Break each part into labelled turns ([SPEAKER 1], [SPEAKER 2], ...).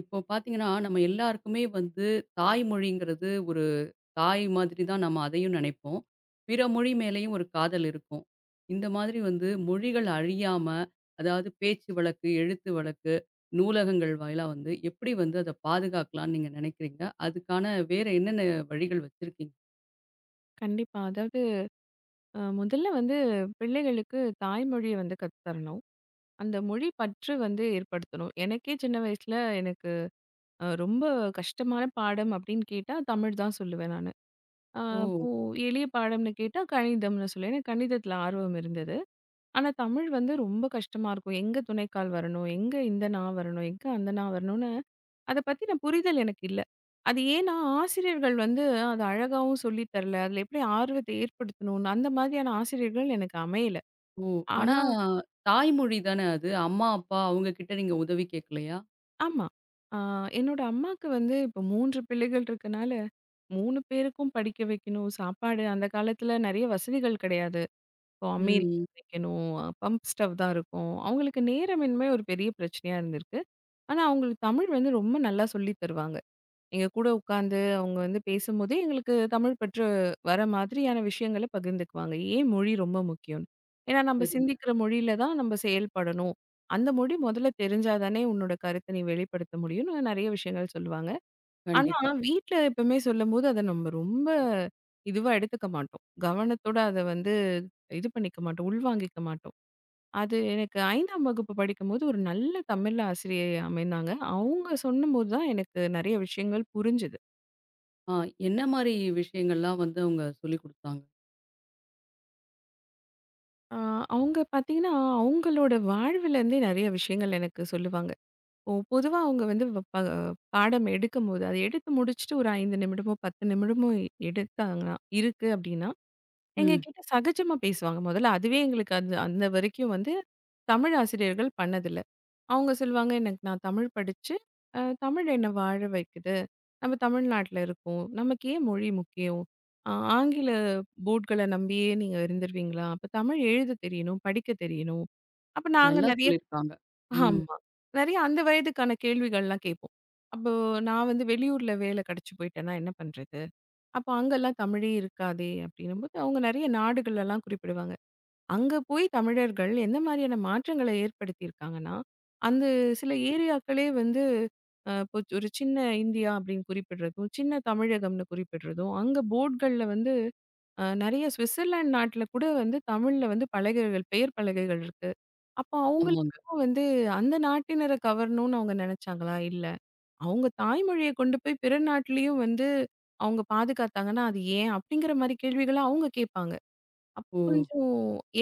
[SPEAKER 1] இப்போ பார்த்தீங்கன்னா, நம்ம எல்லாருக்குமே வந்து தாய்மொழிங்கிறது ஒரு தாய் மாதிரி தான் நம்ம அதையும் நினைப்போம். பிற மொழி மேலேயும் ஒரு காதல் இருக்கும். இந்த மாதிரி வந்து மொழிகள் அழியாம, அதாவது பேச்சு வழக்கு, எழுத்து வழக்கு, நூலகங்கள் வாயிலா வந்து எப்படி வந்து அத பாதுகாக்கலாம்னு நீங்க நினைக்கிறீங்க? அதுக்கான வேற என்னென்ன வழிகள் வச்சிருக்கீங்க?
[SPEAKER 2] கண்டிப்பா. அதாவது முதல்ல வந்து பிள்ளைகளுக்கு தாய்மொழிய வந்து கத்து தரணும். அந்த மொழி பற்று வந்து ஏற்படுத்தணும். எனக்கே சின்ன வயசுல எனக்கு ரொம்ப கஷ்டமான பாடம் அப்படின்னு கேட்டா, தமிழ் தான் சொல்லுவேன் நானு.
[SPEAKER 1] ஓ!
[SPEAKER 2] அப்போ எளிய பாடம்னு கேட்டா கணிதம்னு சொல்லுவேன். எனக்கு கணிதத்துல ஆர்வம் இருந்தது. ஆனா தமிழ் வந்து ரொம்ப கஷ்டமா இருக்கும். எங்க துணைக்கால் வரணும்? எங்க இந்த னா வரணும்? எங்க அந்த னா வரணும்னு அத பத்தின புரிதல் எனக்கு இல்ல. அது ஏன்னா ஆசிரியர்கள் வந்து அது அழகாவும் சொல்லி தரல. அதுல எப்படி ஆர்வத்த ஏற்படுத்தணும்னு அந்த மாதிரியான ஆசிரியர்கள் எனக்கு அமையல.
[SPEAKER 1] ஓ! ஆனா
[SPEAKER 2] ஆனா
[SPEAKER 1] தாய்மொழி தானே அது. அம்மா, அப்பா அவங்க கிட்ட நீங்க உதவி கேட்கலையா?
[SPEAKER 2] ஆமா. ஆ என்னோட அம்மாக்கு வந்து இப்போ 3 பிள்ளைகள் இருக்கனால 3 பேருக்கும் படிக்க வைக்கணும். சாப்பாடு அந்த காலத்துல நெறைய வசதிகள் கிடையாது. இப்போ அம்மியில
[SPEAKER 1] ம்.
[SPEAKER 2] சமைக்கணும். பம்ப் ஸ்டவ் தான் இருக்கும். அவங்களுக்கு நேரமின்மை ஒரு பெரிய பிரச்சனையா இருந்திருக்கு. ஆனா அவங்களுக்கு தமிழ் வந்து ரொம்ப நல்லா சொல்லி தருவாங்க. எங்க கூட உட்காந்து அவங்க வந்து பேசும்போதே எங்களுக்கு தமிழ் பற்று வர மாதிரியான விஷயங்கள பகிர்ந்துக்குவாங்க. ஏன் மொழி ரொம்ப முக்கியம்னு. ஏன்னா நம்ம
[SPEAKER 1] சரிங்க.
[SPEAKER 2] சிந்திக்கிற மொழியில தான் நம்ம செயல்படணும். அந்த மொழி முதல்ல தெரிஞ்சா தானே உன்னோட கருத்த நீ வெளிப்படுத்த முடியும்னு நெறைய விஷயங்கள் சொல்லுவாங்க. ஆனா
[SPEAKER 1] கண்டிப்பா.
[SPEAKER 2] வீட்ல எப்பவுமே சொல்லும்போது அத நம்ம ரொம்ப இதுவா எடுத்துக்க மாட்டோம். கவனத்தோட அத வந்து இது பண்ணிக்க மாட்டோம். உள்வாங்கிக்க மாட்டோம். அது எனக்கு 5ஆம் வகுப்பு படிக்கும்போது ஒரு நல்ல தமிழ் ஆசிரியை அமைந்தாங்க. அவங்க சொன்னபோது தான் எனக்கு நெறைய விஷயங்கள் புரிஞ்சது.
[SPEAKER 1] ஆ என்ன மாரி விஷயங்கள்லாம் வந்து அவங்க சொல்லிக் குடுத்தாங்க?
[SPEAKER 2] ஆ, அவங்க பார்த்தீங்கன்னா, அவங்களோட வாழ்விலருந்தே நெறைய விஷயங்கள் எனக்கு சொல்லுவாங்க. இப்போ பொதுவா அவங்க வந்து வ ப பாடம் எடுக்கும்போது, அத எடுத்து முடிச்சுட்டு ஒரு 5 நிமிடமோ, 10 நிமிடமோ எடுத்தாங்கன்னா இருக்கு அப்டின்னா,
[SPEAKER 1] ம்.
[SPEAKER 2] எங்ககிட்ட சகஜமா பேசுவாங்க. மொதல்ல அதுவே எங்களுக்கு அந்த அந்த வரைக்கும் வந்து தமிழ் ஆசிரியர்கள் பண்ணதில்ல. அவங்க சொல்லுவாங்க, "எனக்கு நான் தமிழ் படிச்சு, அ தமிழ் என்ன வாழ வைக்குது. நம்ம தமிழ்நாட்ல இருக்கோம். நமக்கு ஏன் மொழி முக்கியம்? ஆ ஆங்கில போர்ட்கள நம்பியே நீங்க இருந்துருவீங்களா? அப்ப தமிழ் எழுத தெரியணும், படிக்க தெரியணும்." அப்ப நாங்க
[SPEAKER 1] நல்லா
[SPEAKER 2] நெறைய
[SPEAKER 1] சொல்லியிருக்காங்க. ம்.
[SPEAKER 2] ஆமா. நெறைய அந்த வயதுக்கான கேள்விகள்லாம் கேட்போம். அப்போ நான் வந்து வெளியூர்ல வேலை கிடைச்சு போயிட்டேன்னா என்ன பண்றது? அப்ப அங்கலாம் தமிழே இருக்காதே! அப்படின்னும்போது, அவங்க நெறைய நாடுகளெல்லாம் குறிப்பிடுவாங்க. அங்க போய் தமிழர்கள் எந்த மாதிரியான மாற்றங்கள ஏற்படுத்தியிருக்காங்கன்னா, அந்த சில ஏரியாக்களே வந்து இப்போ ஒரு சின்ன இந்தியா அப்படின்னு குறிப்பிடுறதும், சின்ன தமிழகம்னு குறிப்பிடுறதும், அங்க போர்ட்கள்ல வந்து நெறைய ஸ்விட்சர்லாந்து நாட்டுல கூட வந்து தமிழ்ல வந்து பலகைகள், பெயர் பலகைகள் இருக்கு. அப்போ
[SPEAKER 1] ஆமாங்க.
[SPEAKER 2] அவங்களுக்கும் வந்து அந்த நாட்டினர கவரணும்னு அவங்க நெனைச்சாங்களா? இல்ல. அவங்க தாய்மொழிய கொண்டு போய் பிற நாட்டிலயும் வந்து அவங்க பாதுகாத்தாங்கன்னா, அது ஏன்? அப்படிங்கிற மாரி கேள்விகள அவங்க கேட்பாங்க.
[SPEAKER 1] ஓ!
[SPEAKER 2] கொஞ்சம்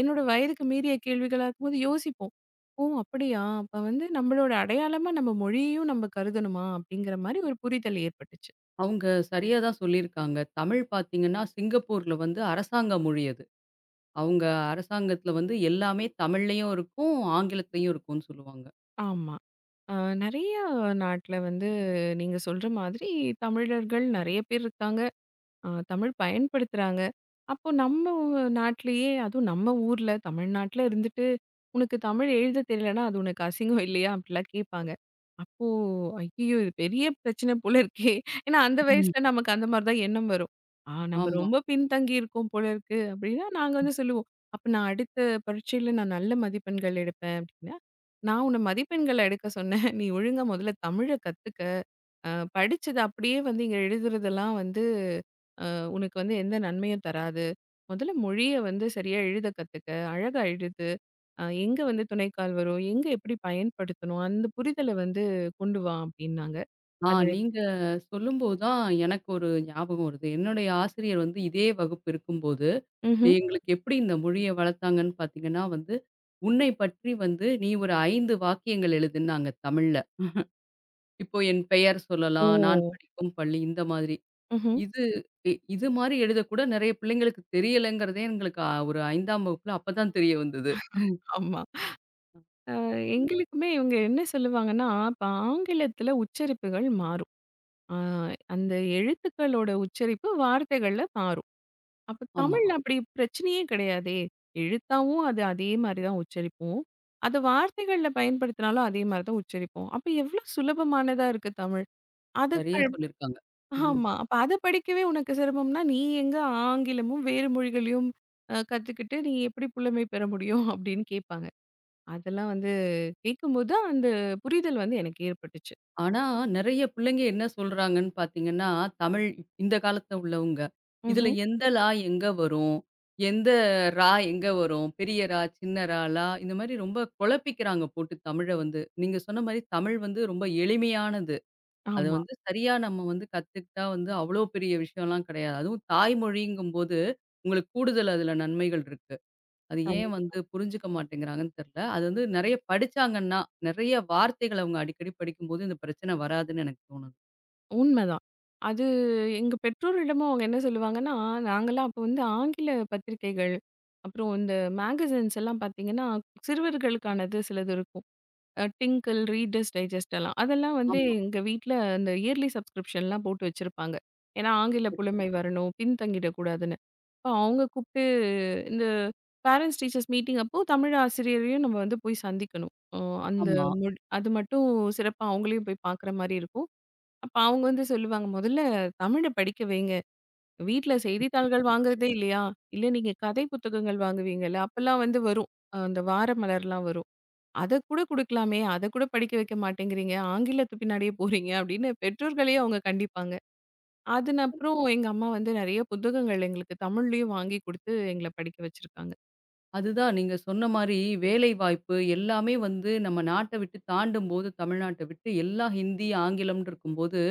[SPEAKER 2] என்னோட வயதுக்கு மீறிய கேள்விகளா இருக்கும்போது யோசிப்போம். "ஓ! அப்படியா? அப்ப வந்து நம்மளோட அடையாளமா நம்ம மொழியையும் நம்ம கருதணுமா?" அப்படிங்கிற மாரி ஒரு புரிதல் ஏற்பட்டுச்சு.
[SPEAKER 1] அவங்க சரியா தான் சொல்லியிருக்காங்க. தமிழ் பார்த்தீங்கன்னா, சிங்கப்பூர்ல வந்து அரசாங்க மொழி அது. அவங்க அரசாங்கத்துல வந்து எல்லாமே தமிழ்லயும் இருக்கும், ஆங்கிலத்திலயும் இருக்கும்னு சொல்லுவாங்க.
[SPEAKER 2] ஆமா. அ நெறைய நாட்ல வந்து நீங்க சொல்ற மாதிரி தமிழர்கள் நெறைய பேர் இருக்காங்க. தமிழ் பயன்படுத்துறாங்க. அப்போ நம்ம நாட்டிலேயே அதுவும் நம்ம ஊர்ல தமிழ்நாட்டுல இருந்துட்டு, "உனக்கு தமிழ் எழுத தெரியலன்னா, அது உனக்கு அசிங்கம் இல்லையா?" அப்படிலாம் கேட்பாங்க. அப்போ ஐயய்யோ! இது பெரிய பிரச்சனை போல இருக்கே! ஏன்னா அந்த வயசுல
[SPEAKER 1] ம்.
[SPEAKER 2] நமக்கு அந்த மாரி தான் எண்ணம் வரும். நம்ம
[SPEAKER 1] ஆமா.
[SPEAKER 2] ரொம்ப பின்தங்கி இருக்கோம் போல இருக்கு அப்படின்னா, நாங்க வந்து சொல்லுவோம். அப்ப நான் அடுத்த பரீட்சையில நான் நல்ல மதிப்பெண்கள் எடுப்பேன் அப்படின்னா, "நான் உன்ன மதிப்பெண்கள் எடுக்க சொன்னேன். நீ ஒழுங்கா முதல்ல தமிழ கத்துக்க." அ படிச்சது அப்படியே வந்து இங்க எழுதுறதெல்லாம் வந்து அ உனக்கு வந்து எந்த நன்மையும் தராது. முதல்ல மொழிய வந்து சரியா எழுத கத்துக்க. அழகா எழுது. எங்க வந்து துணைக்கால் வரும்? எங்க எப்படி பயன்படுத்தணும்? அந்த புரிதல வந்து கொண்டு வா அப்படின்னாங்க.
[SPEAKER 1] ஆ
[SPEAKER 2] அது எனக்கு
[SPEAKER 1] நீங்க சொல்லும்போது தான் எனக்கு ஒரு ஞாபகம் வருது. என்னுடைய ஆசிரியர் வந்து இதே வகுப்பு இருக்கும்போது,
[SPEAKER 2] ம்ஹ்ம்.
[SPEAKER 1] எங்களுக்கு எப்படி இந்த மொழிய வளர்த்தாங்கன்னு பார்த்தீங்கன்னா வந்து, "உன்னை பற்றி வந்து நீ ஒரு 5 வாக்கியங்கள் எழுதுனாங்க தமிழ்ல." இப்போ என் பெயர்
[SPEAKER 2] ஓ!
[SPEAKER 1] சொல்லலாம், நான் படிக்கும் பள்ளி இந்த மாதிரி.
[SPEAKER 2] ம்ஹ்ம்.
[SPEAKER 1] இது இது மாரி எழுதக்கூட நெறைய பிள்ளைங்களுக்கு தெரியலங்கிறதே எங்களுக்கு ஒரு 5ஆம் வகுப்புல அப்ப தான் தெரிய வந்தது.
[SPEAKER 2] ஆமா. அ எங்களுக்குமே இவங்க என்ன சொல்லுவாங்கன்னா, இப்ப ஆங்கிலத்துல உச்சரிப்புகள் மாறும். அ அந்த எழுத்துக்களோட உச்சரிப்பு வார்த்தைகள்ல மாறும். அப்ப
[SPEAKER 1] ஆமா.
[SPEAKER 2] தமிழ்ல அப்படி பிரச்சனையே கிடையாதே! எழுத்தாவும் அது அதே மாரி தான் உச்சரிப்போம். அத வார்த்தைகள்ல பயன்படுத்தினாலும் அதே மாரி தான் உச்சரிப்போம். அப்ப எவ்ளோ சுலபமானதா இருக்கு தமிழ். அது
[SPEAKER 1] சரியா
[SPEAKER 2] கள்
[SPEAKER 1] சொல்லியிருக்காங்க. ம்.
[SPEAKER 2] ஆமா. அப்ப அத படிக்கவே உனக்கு சிரமம்னா, நீ எங்க ஆங்கிலமும் வேறு மொழிகளையும் கத்துக்கிட்டு நீ எப்படி புலமை பெற முடியும்? அப்படின்னு கேட்பாங்க. அதெல்லாம் வந்து கேட்கும்போது அந்த புரிதல் வந்து எனக்கு ஏற்பட்டுச்சு.
[SPEAKER 1] ஆனா, நெறைய பிள்ளைங்க என்ன சொல்றாங்கன்னு பார்த்தீங்கன்னா, தமிழ் இந்த காலத்துல உள்ளவங்க. இதுல
[SPEAKER 2] ம்ஹ்ம்.
[SPEAKER 1] எந்த லா எங்க வரும்? எந்த ரா எங்க வரும்? பெரிய ரா, சின்ன ரா, லா இந்த மாரி ரொம்ப குழப்பிக்கிறாங்க போட்டு தமிழ வந்து. நீங்க சொன்ன மாரி தமிழ் வந்து ரொம்ப எளிமையானது. அத
[SPEAKER 2] ஆமா.
[SPEAKER 1] வந்து சரியா நம்ம வந்து கத்துக்கிட்டா வந்து அவ்ளோ பெரிய விஷயம்லாம் கிடையாது. அதுவும் தாய்மொழிங்கும்போது உங்களுக்கு கூடுதல் அதுல நன்மைகள் இருக்கு. அது
[SPEAKER 2] கண்
[SPEAKER 1] ஏன் வந்து புரிஞ்சுக்க மாட்டேங்கிறாங்கன்னு தெரியல. அது வந்து நெறைய படிச்சாங்கன்னா, நெறைய வார்த்தைகள் அவங்க அடிக்கடி படிக்கும்போது இந்த பிரச்சனை வராதுன்னு எனக்கு தோணுது.
[SPEAKER 2] உண்மதான். அது எங்க பெற்றோரிடமும் அவங்க என்ன சொல்லுவாங்கன்னா, நாங்கலாம் அப்போ வந்து ஆங்கில பத்திரிக்கைகள், அப்புறம் இந்த மேகசின்ஸ் எல்லாம் பார்த்தீங்கன்னா, சிறுவர்களுக்கானது சிலது இருக்கும். டிங்கிள், ரீடர்ஸ் டைஜெஸ்ட் எல்லாம். அதெல்லாம் வந்து
[SPEAKER 1] ஆமா.
[SPEAKER 2] எங்க வீட்ல அந்த இயர்லி சப்ஸ்கிரிப்ஷன்லாம் போட்டு வச்சிருப்பாங்க. ஏன்னா, ஆங்கில
[SPEAKER 1] சரி, சரி.
[SPEAKER 2] புலமை வரணும், பின்தங்கிடக்கூடாதுன்னு. அப்ப அவங்க கூப்ட்டு இந்த பேரன்ட்ஸ் டீச்சர்ஸ் மீட்டிங் அப்போ தமிழ் ஆசிரியரையும் நம்ம வந்து போய் சந்திக்கணும். அந்த
[SPEAKER 1] ஆமா.
[SPEAKER 2] மொழி அது மட்டும் சிறப்பா அவங்களையும் போய் பார்க்குற மாரி இருக்கும். அப்ப அவங்க வந்து சொல்லுவாங்க, "முதல்ல தமிழ படிக்க வைங்க. வீட்ல செய்தித்தாள்கள் வாங்குறதே இல்லையா? இல்ல நீங்க கதை புத்தகங்கள் வாங்குவீங்கல்ல, அப்பலாம் வந்து வரும். அந்த வார மலர்லாம் வரும். அத கூட குடுக்கலாமே! அத கூட படிக்க வைக்க மாட்டேங்கிறீங்க. ஆங்கிலத்து பின்னாடியே போறீங்க." அப்படின்னு பெற்றோர்களையே அவங்க கண்டிப்பாங்க. அதன் அப்புறம் எங்க அம்மா வந்து நெறைய புத்தகங்கள் எங்களுக்கு தமிழ்லயும் வாங்கி குடுத்து எங்கள படிக்க வச்சிருக்காங்க.
[SPEAKER 1] அதுதான் நீங்க சொன்ன மாரி வேலைவாய்ப்பு எல்லாமே வந்து நம்ம நாட்ட விட்டு தாண்டும்போது, தமிழ்நாட்ட விட்டு எல்லாம் ஹிந்தி, ஆங்கிலம்ன்னு இருக்கும்போது,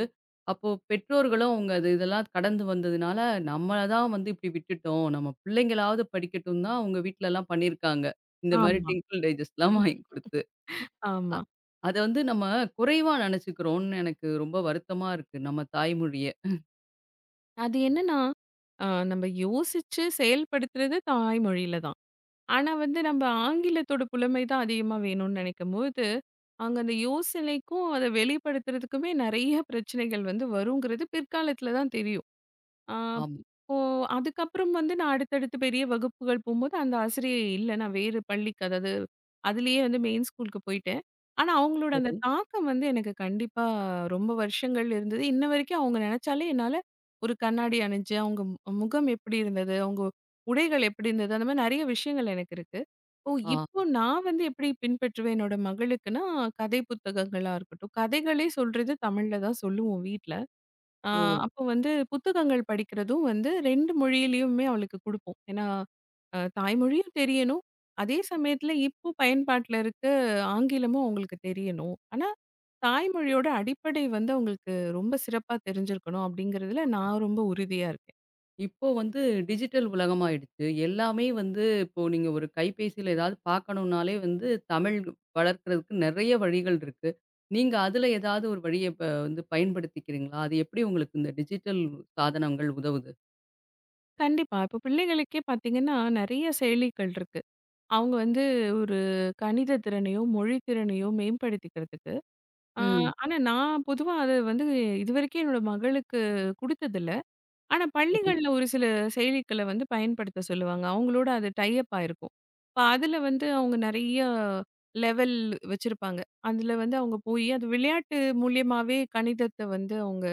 [SPEAKER 1] அப்போ பெற்றோர்களும் அவங்க அது இதெல்லாம் கடந்து வந்ததுனால, நம்மள தான் வந்து இப்படி விட்டுட்டோம். நம்ம பிள்ளைங்களாவது படிக்கட்டும்னு தான் அவங்க வீட்லலாம் பண்ணியிருக்காங்க. இந்த மாரி
[SPEAKER 2] ஆமா,
[SPEAKER 1] டிங்கிள் டைஜஸ்ட்லாம் வாங்கி குடுத்து. அ
[SPEAKER 2] ஆமா.
[SPEAKER 1] அத வந்து நம்ம குறைவா நெனச்சுக்கிறோம்னு எனக்கு ரொம்ப வருத்தமா இருக்கு. நம்ம தாய்மொழிய.
[SPEAKER 2] அது என்னன்னா, அ நம்ம யோசிச்சு செயல்படுத்துறது தாய்மொழியில தான். ஆனா வந்து நம்ம ஆங்கிலத்தோட புலமை தான் அதிகமா வேணும்னு நினைக்கும்போது, அங்க அந்த யோசனைக்கும், அத வெளிப்படுத்துறதுக்குமே நெறைய பிரச்சனைகள் வந்து வருங்கிறது பிற்காலத்துல தான் தெரியும். ஆ,
[SPEAKER 1] ஆமா.
[SPEAKER 2] இப்போ அதுக்கப்புறம் வந்து நான் அடுத்தடுத்து பெரிய வகுப்புகள் போம்போது, அந்த ஆசிரியை இல்ல. நான் வேறு பள்ளிக்கு அதாவது அதிலேயே வந்து மெயின் ஸ்கூலுக்கு போயிட்டேன். ஆனா, அவங்களோட அந்த
[SPEAKER 1] சரி.
[SPEAKER 2] தாக்கம் வந்து எனக்கு கண்டிப்பா ரொம்ப வருஷங்கள் இருந்தது. இன்ன வரைக்கும் அவங்க நெனச்சாலே என்னால ஒரு கண்ணாடி அணிஞ்சு, அவங்க முகம் எப்படி இருந்தது, அவங்க உடைகள் எப்படி இருந்தது, அந்த மாரி நெறைய விஷயங்கள் எனக்கு இருக்கு. ஓ!
[SPEAKER 1] ஆ.
[SPEAKER 2] இப்போ நான் வந்து எப்படி பின்பற்றுவேன் என்னோட மகளுக்குன்னா, கதை புத்தகங்களா இருக்கட்டும், கதைகளே சொல்றது தமிழ்ல தான் சொல்லுவோம் வீட்ல. ஆ
[SPEAKER 1] ஓ!
[SPEAKER 2] அப்போ வந்து புத்தகங்கள் படிக்கிறதும் வந்து 2 மொழியிலயுமே அவளுக்கு குடுப்போம். ஏன்னா, தாய்மொழியும் தெரியணும். அதே சமயத்துல இப்போ பயன்பாட்டுல இருக்க ஆங்கிலமும் அவங்களுக்கு தெரியணும். ஆனா, தாய்மொழியோட அடிப்படை வந்து அவங்களுக்கு ரொம்ப சிறப்பா தெரிஞ்சிருக்கணும் அப்படிங்கிறதுல நான் ரொம்ப உறுதியா இருக்கேன்.
[SPEAKER 1] இப்போ வந்து டிஜிட்டல் உலகமாயிடுச்சு. எல்லாமே வந்து இப்போ நீங்க ஒரு கைபேசியில ஏதாவது பார்க்கணும்னாலே வந்து தமிழ் வளர்க்கறதுக்கு நெறைய வழிகள் இருக்கு. நீங்க அதுல ஏதாவது ஒரு வழிய வந்து பயன்படுத்திக்கிறீங்களா? அது எப்படி உங்களுக்கு இந்த டிஜிட்டல் சாதனங்கள் உதவுது?
[SPEAKER 2] கண்டிப்பா. இப்போ பிள்ளைகளுக்கே பார்த்தீங்கன்னா, நெறைய செயலிகள் இருக்கு. அவங்க வந்து ஒரு கணித திறனையோ, மொழி திறனையோ மேம்படுத்திக்கிறதுக்கு. ஆ
[SPEAKER 1] ம்.
[SPEAKER 2] ஆனா நான் பொதுவா அது வந்து இதுவரைக்கும் என்னோட மகளுக்கு குடுத்ததில்ல. ஆனா
[SPEAKER 1] சரி.
[SPEAKER 2] பள்ளிகள்ல ஒரு சில செயலிகள வந்து பயன்படுத்த சொல்லுவாங்க. அவங்களோட அது டை அப் ஆயிருக்கும். இப்ப அதுல வந்து அவங்க நெறைய லெவல் வச்சிருப்பாங்க. அதுல வந்து அவங்க போயி அது விளையாட்டு மூலியமாவே கணிதத்த வந்து அவங்க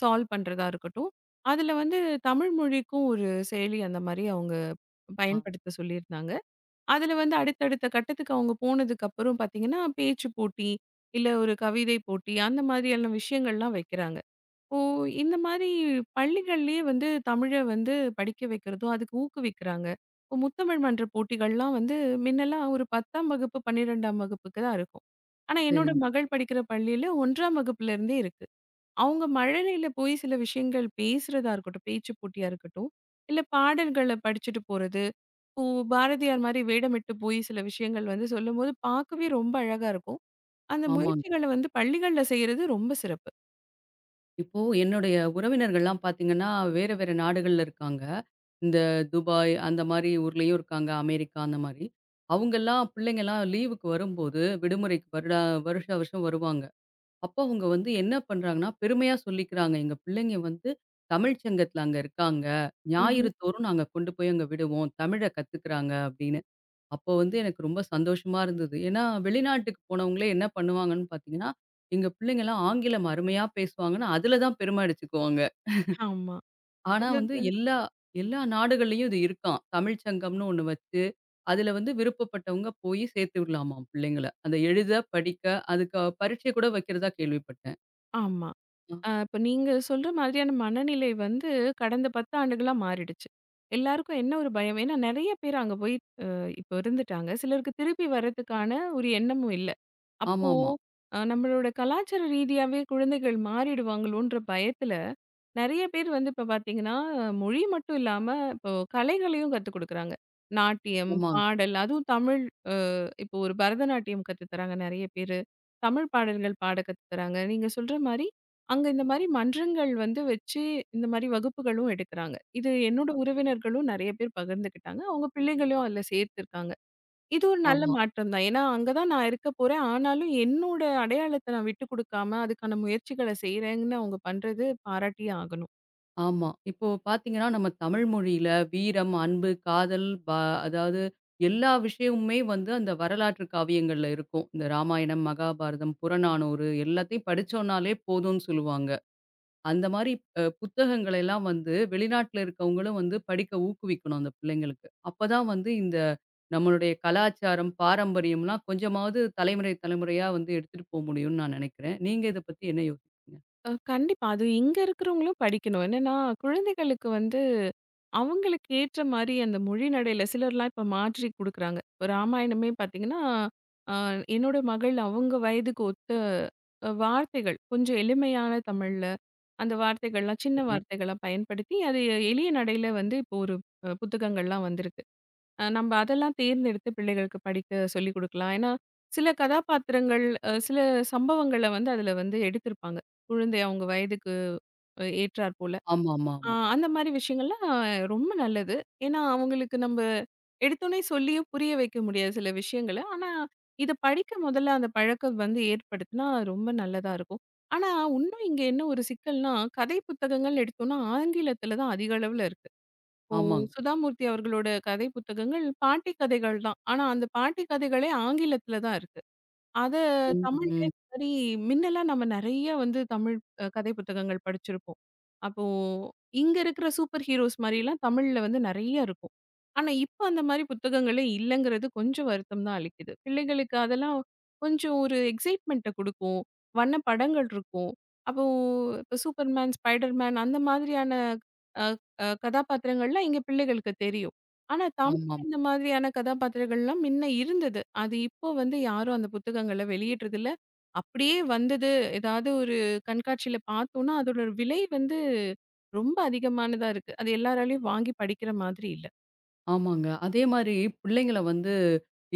[SPEAKER 2] சால்வ் பண்றதா இருக்கட்டும். அதுல வந்து தமிழ் மொழிக்கும் ஒரு செயலி அந்த மாரி அவங்க
[SPEAKER 1] ஆ
[SPEAKER 2] பயன்படுத்த சொல்லியிருந்தாங்க. அதுல வந்து அடுத்தடுத்த கட்டத்துக்கு அவங்க போனதுக்கு அப்புறம் பார்த்தீங்கன்னா, பேச்சு போட்டி, இல்ல ஒரு கவிதை போட்டி அந்த மாதிரியான விஷயங்கள்லாம் வைக்கிறாங்க. இப்போ இந்த மாதிரி பள்ளிகள்லயே வந்து தமிழை வந்து படிக்க வைக்கிறதும் அதுக்கு ஊக்குவிக்கிறாங்க. இப்போ முத்தமிழ் மன்ற போட்டிகள்லாம் வந்து முன்னெல்லாம் ஒரு 10ஆம் வகுப்பு, 12ஆம் வகுப்புக்கு தான் இருக்கும். ஆனா என்னோட
[SPEAKER 1] சரிங்க.
[SPEAKER 2] மகள் படிக்கிற பள்ளியில 1ஆம் வகுப்புல இருந்தே இருக்கு. அவங்க மழலையில போய் சில விஷயங்கள் பேசுறதா இருக்கட்டும், பேச்சு போட்டியா இருக்கட்டும், இல்ல பாடல்கள படிச்சுட்டு போறது. இப்போ பாரதியார் மாதிரி வேடமிட்டு போய் சில விஷயங்கள் வந்து சொல்லும்போது பார்க்கவே ரொம்ப அழகா இருக்கும். அந்த
[SPEAKER 1] ஆமாங்க.
[SPEAKER 2] முயற்சிகள வந்து பள்ளிகள்ல செய்றது ரொம்ப சிறப்பு.
[SPEAKER 1] இப்போ என்னுடைய உறவினர்கள்லாம் பார்த்தீங்கன்னா, வேற வேற நாடுகள்ல இருக்காங்க. இந்த துபாய் அந்த மாரி ஊர்லயும் இருக்காங்க. அமெரிக்கா அந்த மாரி. அவங்கலாம் பிள்ளைங்கலாம் லீவுக்கு வரும்போது, விடுமுறைக்கு வருஷா வருஷம் வருவாங்க. அப்போ அவங்க வந்து என்ன பண்றாங்கன்னா, பெருமையா சொல்லிக்கிறாங்க. எங்க பிள்ளைங்க வந்து தமிழ்ச்சங்கத்துல அங்க இருக்காங்க.
[SPEAKER 2] ம்ஹ்ம்.
[SPEAKER 1] ஞாயிறு தோறும் நாங்க கொண்டு போய் அங்க விடுவோம். தமிழ கத்துக்கிறாங்க அப்படின்னு. அப்போ வந்து எனக்கு ரொம்ப சந்தோஷமா இருந்தது. ஏன்னா, வெளிநாட்டுக்கு போனவங்களே என்ன பண்ணுவாங்கன்னு பார்த்தீங்கன்னா, எங்க பிள்ளைங்கலாம் ஆங்கிலம் அருமையா பேசுவாங்கன்னு அதில தான் பெருமை அடிச்சுக்குவாங்க.
[SPEAKER 2] ஆமா.
[SPEAKER 1] ஆனா
[SPEAKER 2] அது
[SPEAKER 1] வந்து எல்லா எல்லா நாடுகள்லயும் இது இருக்காம். தமிழ்ச் சங்கம்னு ஒண்ணு வச்சு, அதில வந்து விருப்பப்பட்டவங்க போய் சேர்த்து விடலாமாம் பிள்ளைங்கள. அந்த எழுத, படிக்க, அதுக்கு பரீட்சை கூட வைக்கிறதா கேள்விப்பட்டேன்.
[SPEAKER 2] ஆமா.
[SPEAKER 1] ஆ,
[SPEAKER 2] இப்ப நீங்க சொல்ற மாதிரியான மனநிலை வந்து கடந்த 10 ஆண்டுகளா மாறிடுச்சு. எல்லாருக்கும் என்ன ஒரு பயம், ஏன்னா நெறைய பேர் அங்க போய் அ இப்ப இருந்துட்டாங்க. சிலருக்கு திருப்பி வர்றதுக்கான ஒரு எண்ணமும் இல்ல. அப்போ
[SPEAKER 1] ஆமாமா.
[SPEAKER 2] நம்மளோட கலாச்சார ரீதியாவே குழந்தைகள் மாறிடுவாங்களோன்ற பயத்துல, நெறைய பேர் வந்து இப்ப பாத்தீங்கன்னா, மொழி மட்டும் இல்லாம இப்போ கலைகளையும் கத்துக் குடுக்குறாங்க. நாட்டியம்,
[SPEAKER 1] ஆமாங்க.
[SPEAKER 2] பாடல் அதுவும் தமிழ் அ இப்போ ஒரு பரதநாட்டியம் கத்து தராங்க நெறைய பேரு. தமிழ் பாடல்கள் பாட கத்து தராங்க. நீங்க சொல்ற மாரி, அங்க இந்த மாரி மன்றங்கள் வந்து வச்சு, இந்த மாரி வகுப்புகளும் எடுக்குறாங்க. இது என்னோட உறவினர்களும் நெறைய பேர் பகிர்ந்துக்கிட்டாங்க. அவங்க பிள்ளைகளையும் அதுல சேர்த்துருக்காங்க. இது ஒரு நல்ல
[SPEAKER 1] ஆமா.
[SPEAKER 2] மாற்றம் தான். ஏன்னா, அங்க தான் நான் இருக்க போறேன். ஆனாலும் என்னோட அடையாளத்த நான் விட்டுக் குடுக்காம, அதுக்கான முயற்சிகள செய்றேன்னு அவங்க பண்றது பாராட்டியே ஆகணும்.
[SPEAKER 1] ஆமா. இப்போ பார்த்தீங்கன்னா, நம்ம தமிழ் மொழியில வீரம், அன்பு, காதல் அதாவது எல்லா விஷயமுமே வந்து அந்த வரலாற்று காவியங்கள்ல இருக்கும். இந்த ராமாயணம், மகாபாரதம், புறநானூறு எல்லாத்தையும் படிச்சோம்னாலே போதும்னு சொல்லுவாங்க. அந்த மாரி புத்தகங்களை எல்லாம் வந்து வெளிநாட்ல இருக்கவங்களும் வந்து படிக்க ஊக்குவிக்கணும் அந்த பிள்ளைங்களுக்கு. அப்பதான் வந்து இந்த நம்மளுடைய கலாச்சாரம், பாரம்பரியம்லாம் கொஞ்சமாவது தலைமுறை, தலைமுறையா வந்து எடுத்துட்டு போ முடியும்னு நான் நெனைக்கிறேன். நீங்க இத பத்தி என்ன யோசிக்கிறீங்க?
[SPEAKER 2] கண்டிப்பா. அது இங்க இருக்கிறவங்களும் படிக்கணும். என்னன்னா, குழந்தைகளுக்கு வந்து அவங்களுக்கு ஏற்ற மாரி அந்த மொழி நடையில சிலர்லாம் இப்ப மாற்றி குடுக்குறாங்க. இப்ப ராமாயணமே பார்த்தீங்கன்னா, அ என்னோட மகள் அவங்க வயதுக்கு ஒத்த வார்த்தைகள் கொஞ்சம் எளிமையான தமிழ்ல, அந்த வார்த்தைகள்லாம் சின்ன
[SPEAKER 1] சரி.
[SPEAKER 2] வார்த்தைகளா பயன்படுத்தி, அது எளிய நடையில வந்து இப்போ ஒரு புத்தகங்கள்லாம் வந்திருக்கு. நம்ம அதெல்லாம் தேர்ந்தெடுத்து பிள்ளைகளுக்கு படிக்க சொல்லிக் குடுக்கலாம். ஏன்னா, சில கதாபாத்திரங்கள், சில சம்பவங்கள வந்து அதுல வந்து எடுத்திருப்பாங்க. குழந்தை அவங்க வயதுக்கு ஏற்றார் போல.
[SPEAKER 1] ஆமாமாமா.
[SPEAKER 2] அந்த மாரி விஷயங்கள்லாம் ரொம்ப நல்லது. ஏன்னா, அவங்களுக்கு நம்ப எடுத்தோனே சொல்லியும் புரிய வைக்க முடியாது சில விஷயங்கள. ஆனா, இத படிக்க முதல்ல அந்த பழக்கம் வந்து ஏற்படுத்துனா ரொம்ப நல்லதா இருக்கும். ஆனா, உன்னும் இங்க என்ன ஒரு சிக்கல்னா, கதை புத்தகங்கள் எடுத்தோம்னா ஆங்கிலத்தில தான் அதிக அளவுல இருக்கு. ஓ!
[SPEAKER 1] ஆமாங்க.
[SPEAKER 2] சுதாமூர்த்தி அவர்களோட கதை புத்தகங்கள் பாட்டி கதைகள் தான். ஆனா அந்த பாட்டி கதைகளே ஆங்கிலத்தில தான் இருக்கு. அது
[SPEAKER 1] ம்,
[SPEAKER 2] தமிழ்ல
[SPEAKER 1] ம்.
[SPEAKER 2] இந்த மாரி மின்னலாம் நம்ம நெறைய வந்து தமிழ் கதை புத்தகங்கள் படிச்சிருப்போம். அப்போ இங்க இருக்கிற சூப்பர் ஹீரோஸ் மாரிலாம் தமிழ்ல வந்து நெறைய இருக்கும். ஆனா, இப்ப அந்த மாரி புத்தகங்களே இல்லங்கிறது கொஞ்சம் வருத்தம் தான் அளிக்குது. பிள்ளைகளுக்கு அதெல்லாம் கொஞ்சம் ஒரு எக்ஸைட்மெண்ட்ட குடுக்கும். வண்ண படங்கள் இருக்கும். அப்போ இப்ப சூப்பர்மேன், ஸ்பைடர்மேன் அந்த மாதிரியான அ அ கதாபாத்திரங்கள்லாம் இங்க பிள்ளைகளுக்கு தெரியும். ஆனா, தமிழ்
[SPEAKER 1] ஆமாம்.
[SPEAKER 2] இந்த மாதிரியான கதாபாத்திரங்கள்லாம் முன்ன இருந்தது. அது இப்போ வந்து யாரும் அந்த புத்தகங்கள வெளியிடுறதில்ல. அப்படியே வந்தது ஏதாவது ஒரு கண்காட்சியில பார்த்தோம்னா, அதோட ஒரு விலை வந்து ரொம்ப அதிகமானதா இருக்கு. அது எல்லாராலயும் வாங்கி படிக்கிற மாதிரி இல்ல.
[SPEAKER 1] ஆமாங்க. அதே மாரி பிள்ளைங்கள வந்து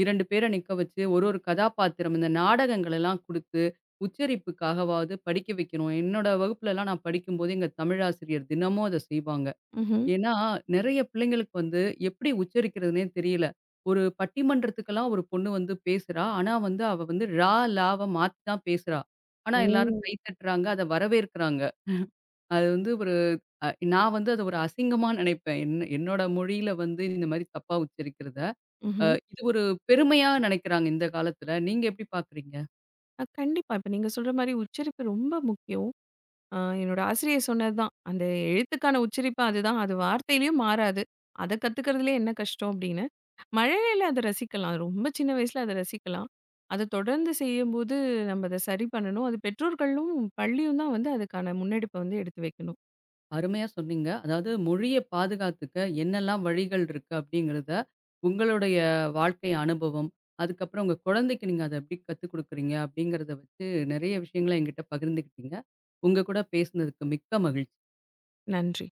[SPEAKER 1] 2 பேர நிக்க வச்சு, ஒரு ஒரு கதாபாத்திரம் இந்த நாடகங்களெல்லாம் குடுத்து, உச்சரிப்புக்காகவாவது படிக்க வைக்கணும். என்னோட வகுப்புலலாம் நான் படிக்கும்போது, எங்க தமிழாசிரியர் தினமும் அத செய்வாங்க.
[SPEAKER 2] ம்ஹ்ம்.
[SPEAKER 1] ஏன்னா, நெறைய பிள்ளைங்களுக்கு வந்து எப்படி உச்சரிக்கிறதுன்னே தெரியல. ஒரு பட்டிமன்றத்துக்கெல்லாம் ஒரு பொண்ணு வந்து பேசுறா. ஆனா வந்து அவ வந்து ழ, லாவ மாத்தி தான் பேசுறா. ஆனா எல்லாரும்
[SPEAKER 2] ஓ!
[SPEAKER 1] கை தட்டுறாங்க. அத வரவேற்கிறாங்க. அது வந்து ஒரு அ நான் வந்து அத ஒரு அசிங்கமா நினைப்பேன். என்னோட மொழியில வந்து இந்த மாரி தப்பா உச்சரிக்கிறத. அ
[SPEAKER 2] ம்ஹ்ம்.
[SPEAKER 1] இது ஒரு பெருமையா நினைக்கிறாங்க இந்த காலத்துல. நீங்க எப்படி பார்க்குறீங்க?
[SPEAKER 2] கண்டிப்பா. இப்ப நீங்க சொல்ற மாரி உச்சரிப்பு ரொம்ப முக்கியம். என்னோட ஆசிரியர் சொன்னது தான். அந்த எழுத்துக்கான உச்சரிப்பு அதுதான். அது வார்த்தையிலயும் மாறாது. அத கத்துக்கிறதுலயே என்ன கஷ்டம் அப்படின்னு. மழலையில அத ரசிக்கலாம். ரொம்ப சின்ன வயசுல அத ரசிக்கலாம். அத தொடர்ந்து செய்யும்போது நம்ம அத சரி பண்ணணும். அது பெற்றோர்களும், பள்ளியும் தான் வந்து அதுக்கான முன்னெடுப்ப வந்து எடுத்து வைக்கணும்.
[SPEAKER 1] அருமையா சொன்னீங்க. அதாவது மொழிய பாதுகாத்துக்க என்னெல்லாம் வழிகள் இருக்கு அப்படிங்கிறத, உங்களுடைய வாழ்க்கை அனுபவம், அதுக்கப்புறம் உங்க குழந்தைக்கு நீங்க அத எப்படி கத்துக் குடுக்குறீங்க அப்படிங்கிறத வச்சு நெறைய விஷயங்கள என்கிட்ட பகிர்ந்துக்கிட்டீங்க. உங்க கூட பேசுனதுக்கு மிக்க மகிழ்ச்சி.
[SPEAKER 2] நன்றி.